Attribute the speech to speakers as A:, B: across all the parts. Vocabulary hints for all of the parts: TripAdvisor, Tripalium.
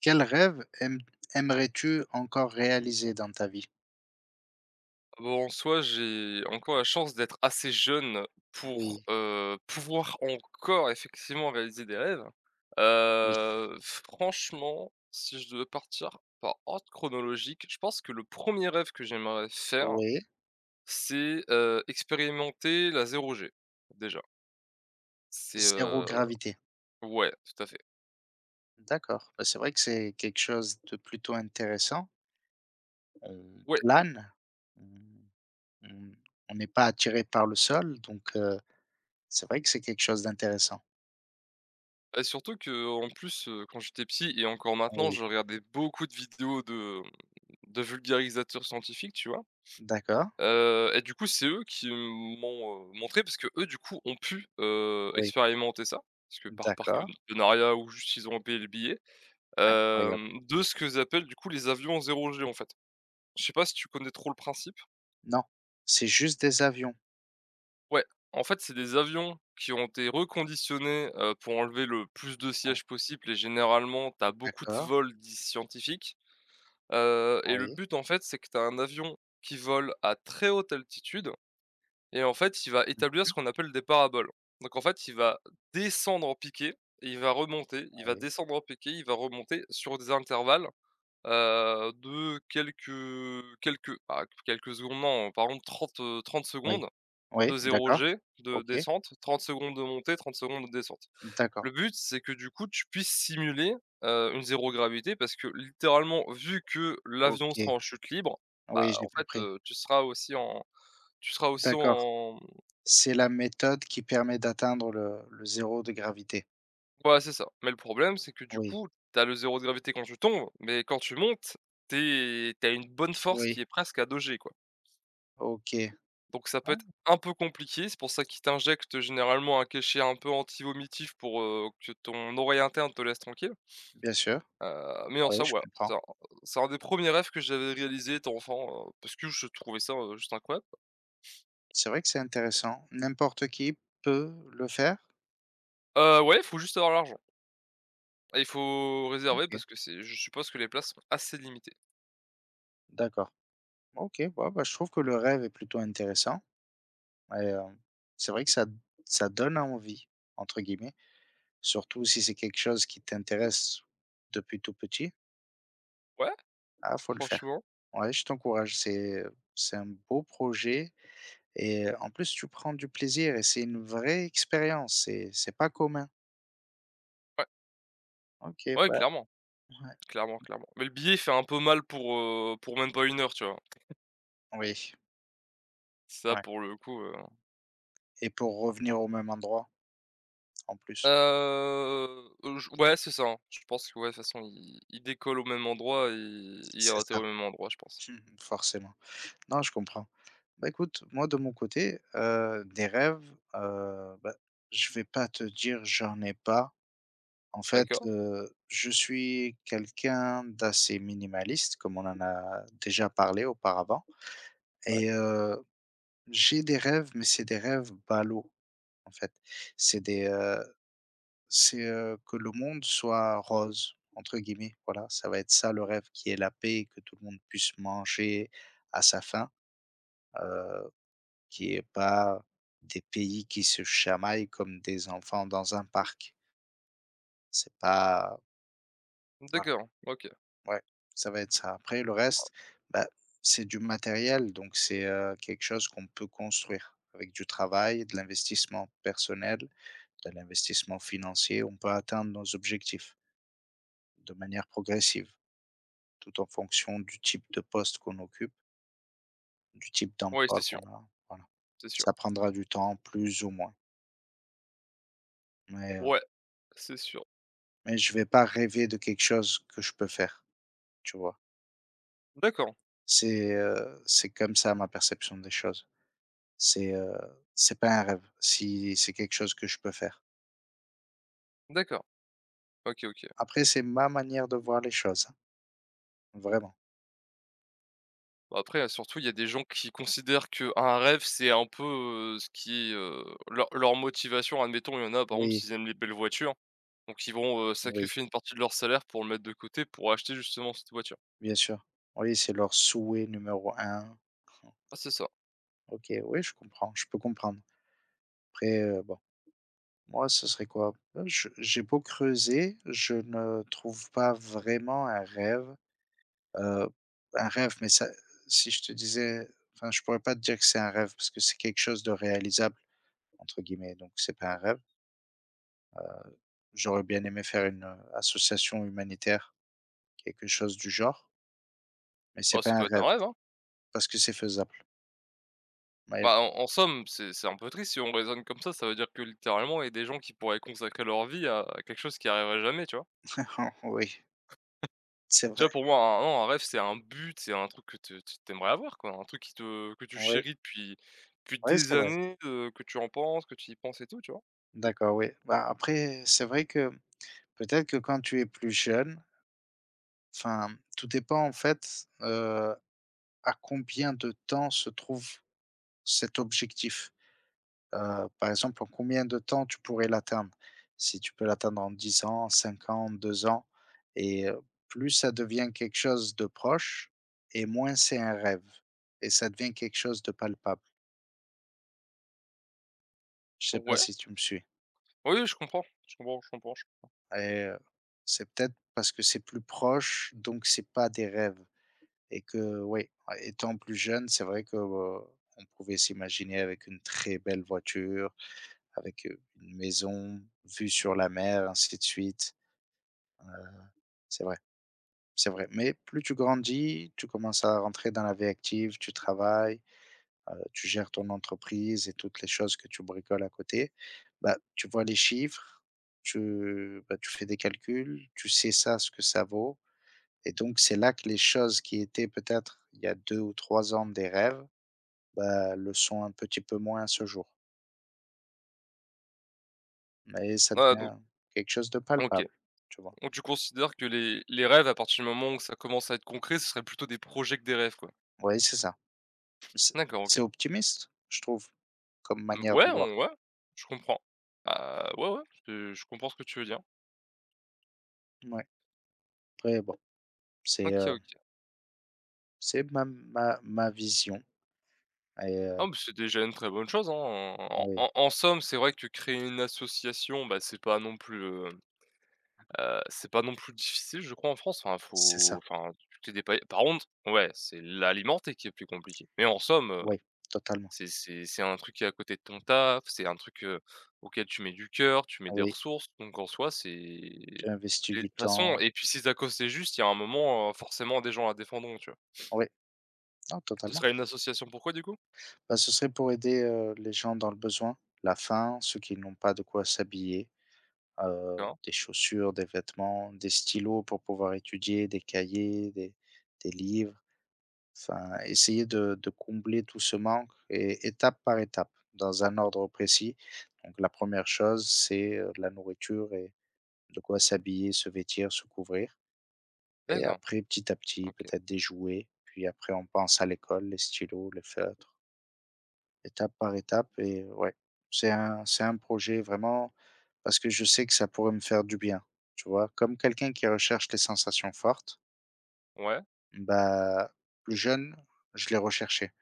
A: Quel rêve aimerais-tu encore réaliser dans ta vie?
B: Bon, en soi, j'ai encore la chance d'être assez jeune pour,
A: Oui,
B: pouvoir encore effectivement réaliser des rêves.
A: oui,
B: Franchement, si je devais partir par ordre chronologique, je pense que le premier rêve que j'aimerais faire,
A: oui.
B: c'est, expérimenter la 0G, déjà. C'est,
A: Zéro
B: heu
A: gravité.
B: ouais, tout à fait.
A: D'accord. Bah, c'est vrai que c'est quelque chose de plutôt intéressant. On
B: Ouais
A: plane, on on on n'est pas attiré par le sol, donc, c'est vrai que c'est quelque chose d'intéressant.
B: et surtout que en plus, quand j'étais petit et encore maintenant,
A: Oui,
B: je regardais beaucoup de vidéos de vulgarisateurs scientifiques, tu vois?
A: d'accord,
B: Et du coup, c'est eux qui m'ont, montré, parce que eux, du coup, ont pu,
A: oui,
B: expérimenter ça, parce que par
A: d'accord,
B: partenariat ou juste ils ont payé le billet,
A: incroyable.
B: de ce que j'appelle du coup les avions zéro G, en fait. Je sais pas si tu connais trop le principe?
A: Non, c'est juste des avions.
B: Ouais, en fait, c'est des avions qui ont été reconditionnés, pour enlever le plus de
A: On
B: sièges possible, et généralement, tu as beaucoup de
A: d'accord,
B: vols dits «scientifiques», et le
A: oui,
B: but, en fait, c'est que tu as un avion qui vole à très haute altitude. Et en fait, il va
A: mmh,
B: établir ce qu'on appelle des paraboles. Donc en fait, il va descendre en piqué et il va remonter, il va
A: oui,
B: descendre en piqué, il va remonter sur des intervalles, de quelques quelques secondes, non, par exemple 30 30
A: oui,
B: secondes de
A: oui,
B: zéro
A: d'accord,
B: G de
A: OK,
B: descente, 30 secondes de montée, 30 secondes de descente.
A: d'accord,
B: Le but, c'est que du coup, tu puisses simuler, une zéro gravité, parce que littéralement, vu que l'avion sera
A: OK.
B: en chute libre, bah,
A: Oui, j'ai
B: en fait,
A: compris.
B: tu seras aussi en tu seras aussi
A: D'accord.
B: en
A: C'est la méthode qui permet d'atteindre le 0 de gravité.
B: Ouais, c'est ça. Mais le problème, c'est que du
A: Oui,
B: coup, t'as le zéro de gravité quand tu tombes, mais quand tu montes, t'as une bonne force qui
A: oui,
B: est presque à 2G, quoi.
A: OK.
B: Donc ça peut
A: Ah,
B: être un peu compliqué, c'est pour ça qu'ils t'injectent généralement un cachet un peu anti-vomitif pour, que ton oreille interne te laisse tranquille.
A: bien sûr.
B: Mais en
A: Oui,
B: somme,
A: je
B: voilà, c'est
A: comprends.
B: un des premiers rêves que j'avais réalisé étant enfant, parce que je trouvais ça, juste incroyable.
A: C'est vrai que c'est intéressant. N'importe qui peut le faire?
B: Ouais, il faut juste avoir l'argent, et il faut réserver
A: OK,
B: parce que c'est, je suppose que les places sont assez limitées.
A: d'accord. OK, ouais. Bah, je trouve que le rêve est plutôt intéressant et c'est vrai que ça «donne envie» entre guillemets, surtout si c'est quelque chose qui t'intéresse depuis tout petit.
B: Ouais,
A: Ah, faut le faire.
B: franchement,
A: Ouais, je t'encourage, c'est un beau projet. Et en plus, tu prends du plaisir et c'est une vraie expérience, c'est pas commun.
B: ouais,
A: OK,
B: ouais,
A: bah,
B: clairement.
A: ouais,
B: Clairement, clairement. Mais le billet fait un peu mal pour, pour même pas une heure, tu vois?
A: oui,
B: Ça
A: ouais
B: pour le coup.
A: et pour revenir au même endroit, en plus.
B: J Ouais, c'est ça, hein. Je pense que ouais, de toute façon il décolle au même endroit et il
A: C'est
B: atterrit
A: ça.
B: au même endroit, je pense.
A: Mmh, forcément. Non, je comprends. Bah, écoute, moi, de mon côté, des rêves, bah, je vais pas te dire, j'en ai pas. En fait,
B: D'accord,
A: je suis quelqu'un d'assez minimaliste, comme on en a déjà parlé auparavant
B: ouais,
A: et j'ai des rêves, mais c'est des rêves ballots. En fait. C'est des, heu, c'est, que le monde soit «rose» entre guillemets, voilà, ça va être ça le rêve, qui est la paix, que tout le monde puisse manger à sa faim, heu, qu'il y pas des pays qui se chamaillent comme des enfants dans un parc. C'est pas. Voilà,
B: d'accord, OK.
A: ouais, ça va être ça. Après le reste, bah, c'est du matériel, donc c'est, quelque chose qu'on peut construire avec du travail, de l'investissement personnel, de l'investissement financier, on peut atteindre nos objectifs. De manière progressive, tout en fonction du type de poste qu'on occupe, du type
B: Oui,
A: d'emploi
B: c'est sûr,
A: qu'on a, voilà.
B: c'est sûr.
A: Ça prendra du temps, plus ou moins, mais, heu,
B: Ouais, c'est sûr.
A: mais je vais pas rêver de quelque chose que je peux faire, tu vois?
B: D'accord,
A: C'est comme ça ma perception des choses. C'est, heu, c'est pas un rêve, si c'est quelque chose que je peux faire.
B: d'accord. OK, OK.
A: Après c'est ma manière de voir les choses, hein, vraiment.
B: Bah, après surtout, il y a des gens qui considèrent que un rêve, c'est un peu, ce qui est, leur motivation. Admettons, il y en a par exemple,
A: Oui,
B: s'ils aiment les belles voitures. Donc ils vont,
A: oui,
B: sacrifier une partie de leur salaire pour le mettre de côté pour acheter justement cette voiture.
A: bien sûr. Oui, c'est leur souhait numéro un.
B: Ah c'est ça.
A: OK, oui, je comprends, je peux comprendre. Après, bon. Moi, ce serait quoi? Je j'ai beau creuser, je ne trouve pas vraiment un rêve, heu, mais ça si je te disais, enfin, je pourrais pas te dire que c'est un rêve parce que c'est quelque chose de «réalisable» entre guillemets, donc c'est pas un rêve. J'aurais bien aimé faire une, association humanitaire, quelque chose du genre, mais c'est
B: Bah,
A: pas
B: ça peut
A: un
B: être un
A: rêve
B: rêve, hein.
A: parce que c'est faisable. Mais.
B: Bah, en somme, c'est un peu triste si on raisonne comme ça veut dire que littéralement il y a des gens qui pourraient consacrer leur vie à quelque chose qui arrivera jamais, tu vois?
A: Oui, c'est
B: Tu
A: vrai,
B: vois, pour moi, un, non, un rêve, c'est un but, c'est un truc que tu aimerais avoir quoi, un truc qui te que tu
A: oui,
B: chéris depuis
A: oui,
B: des
A: c'est vrai.
B: années, que tu y penses et tout, tu vois?
A: D'accord, oui. Bah, après, c'est vrai que peut-être que quand tu es plus jeune. Enfin, tout dépend en fait, à combien de temps se trouve cet objectif. Par exemple, en combien de temps tu pourrais l'atteindre? Si tu peux l'atteindre en 10 ans, 5 ans, 2 ans et plus ça devient quelque chose de proche et moins c'est un rêve et ça devient quelque chose de palpable. Je sais
B: Donc
A: pas
B: ouais,
A: si tu me suis
B: oui, je comprends, je comprends, je comprends, je
A: et c'est peut-être parce que c'est plus proche, donc c'est pas des rêves. Et que oui, étant plus jeune, c'est vrai que, on pouvait s'imaginer avec une très belle voiture, avec, une maison, vue sur la mer, ainsi de suite. Heu, c'est vrai, c'est vrai. Mais plus tu grandis, tu commences à rentrer dans la vie active, tu travailles, tu gères ton entreprise et toutes les choses que tu bricoles à côté. Bah, tu vois les chiffres, tu bah, tu fais des calculs, tu sais ça, ce que ça vaut. Et donc, c'est là que les choses qui étaient peut-être il y a 2 ou 3 ans des rêves, bah, le sont un petit peu moins à ce jour. Mais ça
B: donc
A: devient quelque chose de
B: OK.
A: palpable, tu vois?
B: Donc tu considères que les rêves, à partir du moment où ça commence à être concret, ce serait plutôt des projets que des rêves, quoi?
A: Oui, c'est ça. C'est
B: D'accord, OK.
A: c'est optimiste, je trouve, comme
B: Mmh,
A: manière
B: ouais,
A: de voir.
B: on ouais, je comprends. Bah, ouais, ouais, je comprends ce que tu veux dire.
A: Ouais. Après bon, c'est,
B: OK,
A: heu,
B: OK.
A: c'est ma vision et
B: Ah, mais c'est déjà une très bonne chose, hein. En
A: oui,
B: en en somme, c'est vrai que créer une association, bah, c'est pas non plus, c'est pas non plus, difficile, je crois, en France. Enfin,
A: c'est ça.
B: tu t'es dépatouillé. Par contre, ouais, c'est l'alimenter qui est plus compliqué. Mais en somme,
A: Oui, totalement.
B: c'est un truc qui est à côté de ton taf, c'est un truc, auquel tu mets du cœur, tu mets des
A: Oui,
B: ressources, donc en soi, c'est et
A: j'ai investi
B: de
A: du
B: toute façon,
A: temps.
B: et puis si ta cause c'est juste, il y a un moment, forcément des gens la défendront, tu vois?
A: Oui, non,
B: Ce
A: totalement.
B: serait une association pourquoi du coup?
A: Bah, ce serait pour aider, les gens dans le besoin, la faim, ceux qui n'ont pas de quoi s'habiller.
B: D'accord,
A: Des chaussures, des vêtements, des stylos pour pouvoir étudier, des cahiers, des livres. Enfin, essayer de combler tout ce manque et étape par étape, dans un ordre précis. Donc la première chose, c'est, la nourriture et de quoi s'habiller, se vêtir, se couvrir et
B: d'accord,
A: après petit à petit,
B: OK.
A: peut-être des jouets, puis après on pense à l'école, les stylos, les feutres. Étape par étape et ouais, c'est un projet vraiment parce que je sais que ça pourrait me faire du bien, tu vois? Comme quelqu'un qui recherche les sensations fortes,
B: Ouais,
A: bah, plus jeune, je les recherchais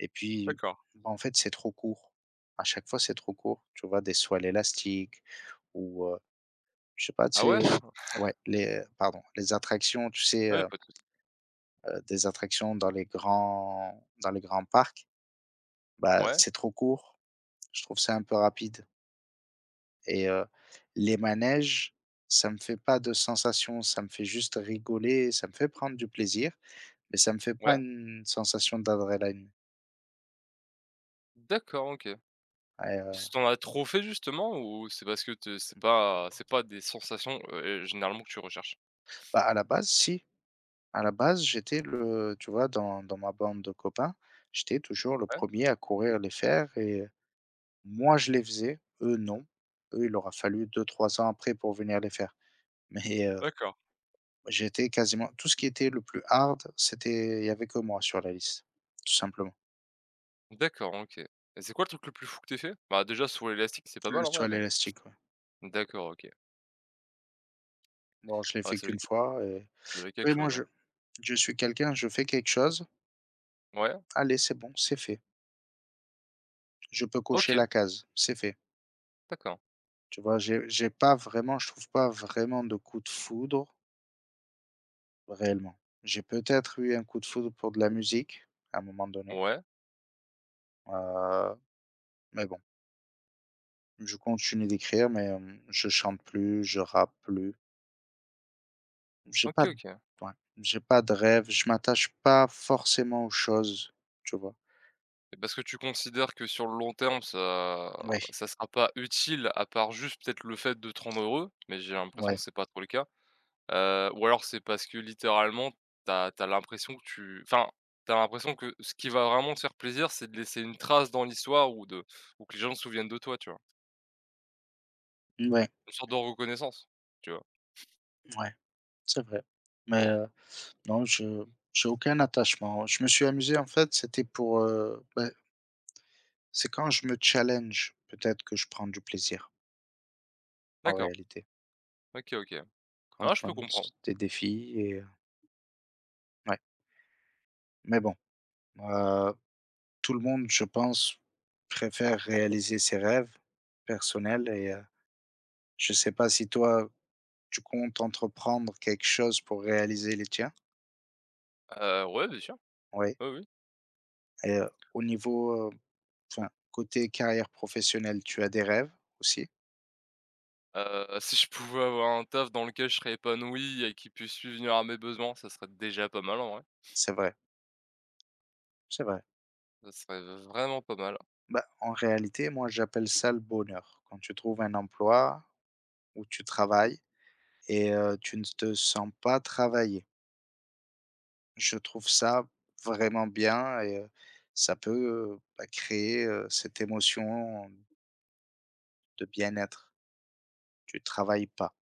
A: et puis,
B: d'accord.
A: bah, en fait, c'est trop court. À chaque fois, c'est trop court, tu vois? Des soies élastiques ou, je sais pas, tu
B: Ah
A: sais
B: ouais?
A: ouais, les attractions, tu sais,
B: Ah ouais, pas de souci.
A: des attractions dans les grands parcs, bah,
B: Ouais,
A: c'est trop court. Je trouve ça un peu rapide. Et les manèges, ça me fait pas de sensation, ça me fait juste rigoler, ça me fait prendre du plaisir, mais ça me fait pas
B: ouais,
A: une sensation d'adrénaline
B: d'accord, OK.
A: et
B: Parce que tu as trop fait justement, ou c'est parce que te c'est pas des sensations, généralement que tu recherches?
A: bah, à la base si, à la base, j'étais le tu vois, dans ma bande de copains, j'étais toujours le
B: Ouais,
A: premier à courir les faire et moi je les faisais, eux non. Eux, il leur a fallu deux trois ans après pour venir les faire, mais
B: d'accord,
A: j'étais quasiment tout ce qui était le plus hard, c'était il y avait que moi sur la liste, tout simplement.
B: d'accord, OK. Et c'est quoi le truc le plus fou que tu fait? Bah, déjà, sur l'élastique c'est pas
A: Le
B: mal en vrai,
A: sur l'élastique, ouais.
B: d'accord, OK.
A: Bon je l'ai
B: Ouais,
A: fait
B: ça doit
A: qu'une fois et
B: ça doit quelque
A: après moi
B: chose,
A: je
B: hein.
A: je suis quelqu'un, je fais quelque chose,
B: Ouais,
A: allez c'est bon, c'est fait. Je peux cocher
B: OK,
A: la case, c'est fait.
B: d'accord.
A: Tu vois? J'ai pas vraiment je trouve pas vraiment de coup de foudre, réellement. J'ai peut-être eu un coup de foudre pour de la musique, à un moment donné,
B: Ouais,
A: heu, mais bon, je continue d'écrire mais, je chante plus, je rappe plus. J'ai
B: OK,
A: pas d
B: OK.
A: ouais, j'ai pas de rêve, je m'attache pas forcément aux choses, tu vois?
B: Et parce que tu considères que sur le long terme, ça
A: Ouais,
B: ça sera pas utile, à part juste peut-être le fait de te rendre heureux, mais j'ai l'impression
A: ouais,
B: que c'est pas trop le cas. Ou alors c'est parce que littéralement, t'as, as l'impression que tu enfin, t'as l'impression que ce qui va vraiment te faire plaisir, c'est de laisser une trace dans l'histoire, ou de ou que les gens se souviennent de toi, tu vois?
A: ouais,
B: Une sorte de reconnaissance, tu vois?
A: ouais. C'est vrai, mais non, je j'ai aucun attachement. Je me suis amusé, en fait, c'était pour, bah, c'est quand je me challenge, peut-être que je prends du plaisir, en
B: D'accord,
A: réalité.
B: OK, OK.
A: Quand
B: Ah, je
A: je me
B: peux comprendre.
A: lance des défis et ouais, mais bon, heu, tout le monde, je pense, préfère réaliser ses rêves personnels et je sais pas si toi, tu comptes entreprendre quelque chose pour réaliser les tiens?
B: Ouais, bien sûr.
A: Oui
B: Oui, oui.
A: et au niveau, enfin, côté carrière professionnelle, tu as des rêves aussi?
B: Si je pouvais avoir un taf dans lequel je serais épanoui et qui puisse subvenir à mes besoins, ça serait déjà pas mal, en vrai.
A: C'est vrai, c'est vrai.
B: Ça serait vraiment pas mal.
A: Bah, en réalité, moi, j'appelle ça le bonheur. Quand tu trouves un emploi où tu travailles et tu ne te sens pas travailler. Je trouve ça vraiment bien et ça peut, bah, créer, cette émotion de bien-être. Tu travailles pas,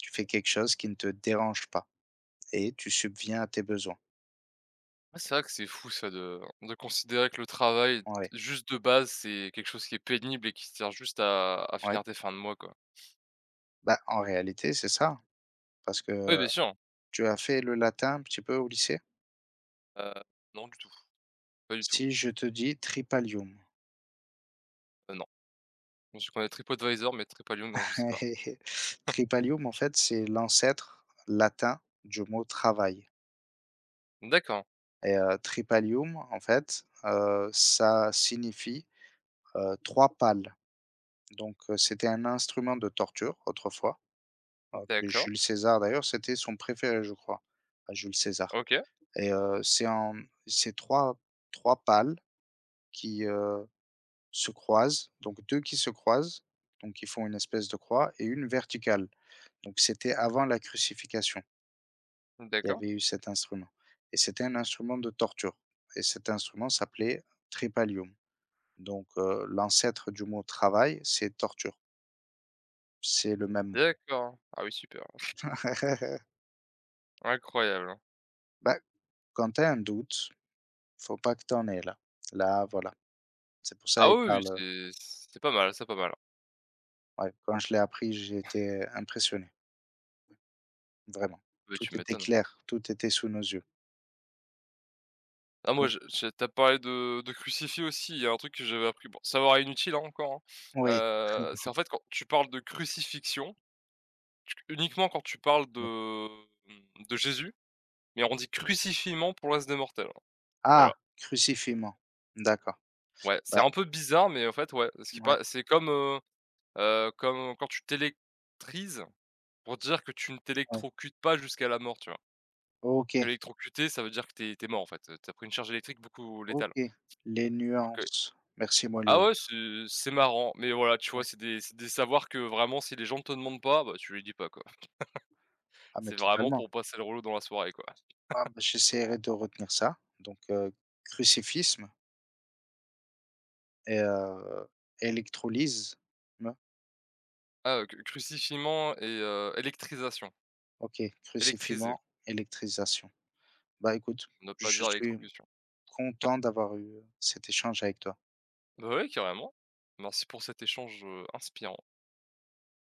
A: tu fais quelque chose qui ne te dérange pas et tu subviens à tes besoins.
B: Ouais, c'est vrai que c'est fou ça de considérer que le travail,
A: Ouais,
B: juste de base, c'est quelque chose qui est pénible et qui sert juste à
A: ouais.
B: finir tes fins de mois, quoi.
A: Bah, en réalité, c'est ça, parce que,
B: Oui, bien sûr.
A: tu as fait le latin un petit peu au lycée?
B: Heu, non du tout, pas du tout.
A: Si je te dis Tripalium?
B: Non. Je connais TripAdvisor, mais Tripalium, non, je sais pas.
A: Tripalium, en fait, c'est l'ancêtre latin du mot travail.
B: D'accord,
A: Et tripalium, en fait, ça signifie, 3 pales. Donc, c'était un instrument de torture autrefois, que
B: d'accord,
A: Jules César d'ailleurs, c'était son préféré, je crois, à Jules César.
B: OK,
A: Et c'est en ces trois pales qui, se croisent, donc 2 qui se croisent, donc qui font une espèce de croix et une verticale. Donc c'était avant la crucifixion. Il y
B: d'accord,
A: avait eu cet instrument et c'était un instrument de torture et cet instrument s'appelait trépalium. Donc l'ancêtre du mot travail, c'est torture. C'est le même mot.
B: d'accord. Ah oui, super, incroyable, hein.
A: Bah, quand tu as un doute, faut pas que tu en aies là. Là, voilà. C'est pour ça
B: Ah
A: il
B: oui, oui,
A: parle,
B: c'est pas mal, c'est pas mal.
A: ouais, quand je l'ai appris, j'étais impressionné, vraiment.
B: Mais
A: Tout
B: tu
A: était
B: m'étonnes.
A: clair, tout était sous nos yeux.
B: Ah, moi
A: Donc
B: je tu parlé de crucifix aussi, il y a un truc que j'avais appris, bon ça me paraît inutile, hein, encore, hein.
A: oui,
B: C'est en fait quand tu parles de crucifixion, tu uniquement quand tu parles de,
A: oui.
B: mmh, de Jésus, mais on dit crucifiement pour le reste des mortels, hein.
A: Ah!
B: Voilà.
A: Crucifiement. D'accord.
B: Ouais, c'est
A: Bah,
B: un peu bizarre, mais en fait, ouais, ce qui
A: ouais,
B: pa c'est comme, quand tu t'électrises pour dire que tu ne
A: ouais.
B: t'électrocutes pas jusqu'à la mort, tu vois? Parce que
A: OK,
B: l'électrocuter, ça veut dire que t'es es mort en fait. T'as pris une charge électrique beaucoup létale.
A: OK. Les nuances. Merci
B: Ah
A: Molière.
B: ouais, c'est marrant, mais voilà, tu vois,
A: Ouais.
B: c'est des savoirs que vraiment si les gens te demandent pas, bah, tu les dis pas, quoi.
A: Ah mais
B: C'est vraiment pour
A: totalement.
B: passer le rouleau dans la soirée, quoi.
A: Ah bah, j'essaierai de retenir ça. Donc, crucifisme et électrolyse me
B: Ah, crucifiement et électrisation,
A: OK,
B: électriser,
A: crucifiement, électrisation. Bah, écoute,
B: ne pas
A: je
B: dire
A: suis
B: électrocution.
A: content d'avoir eu, cet échange avec toi.
B: Bah, ouais, carrément. Merci pour cet échange, inspirant.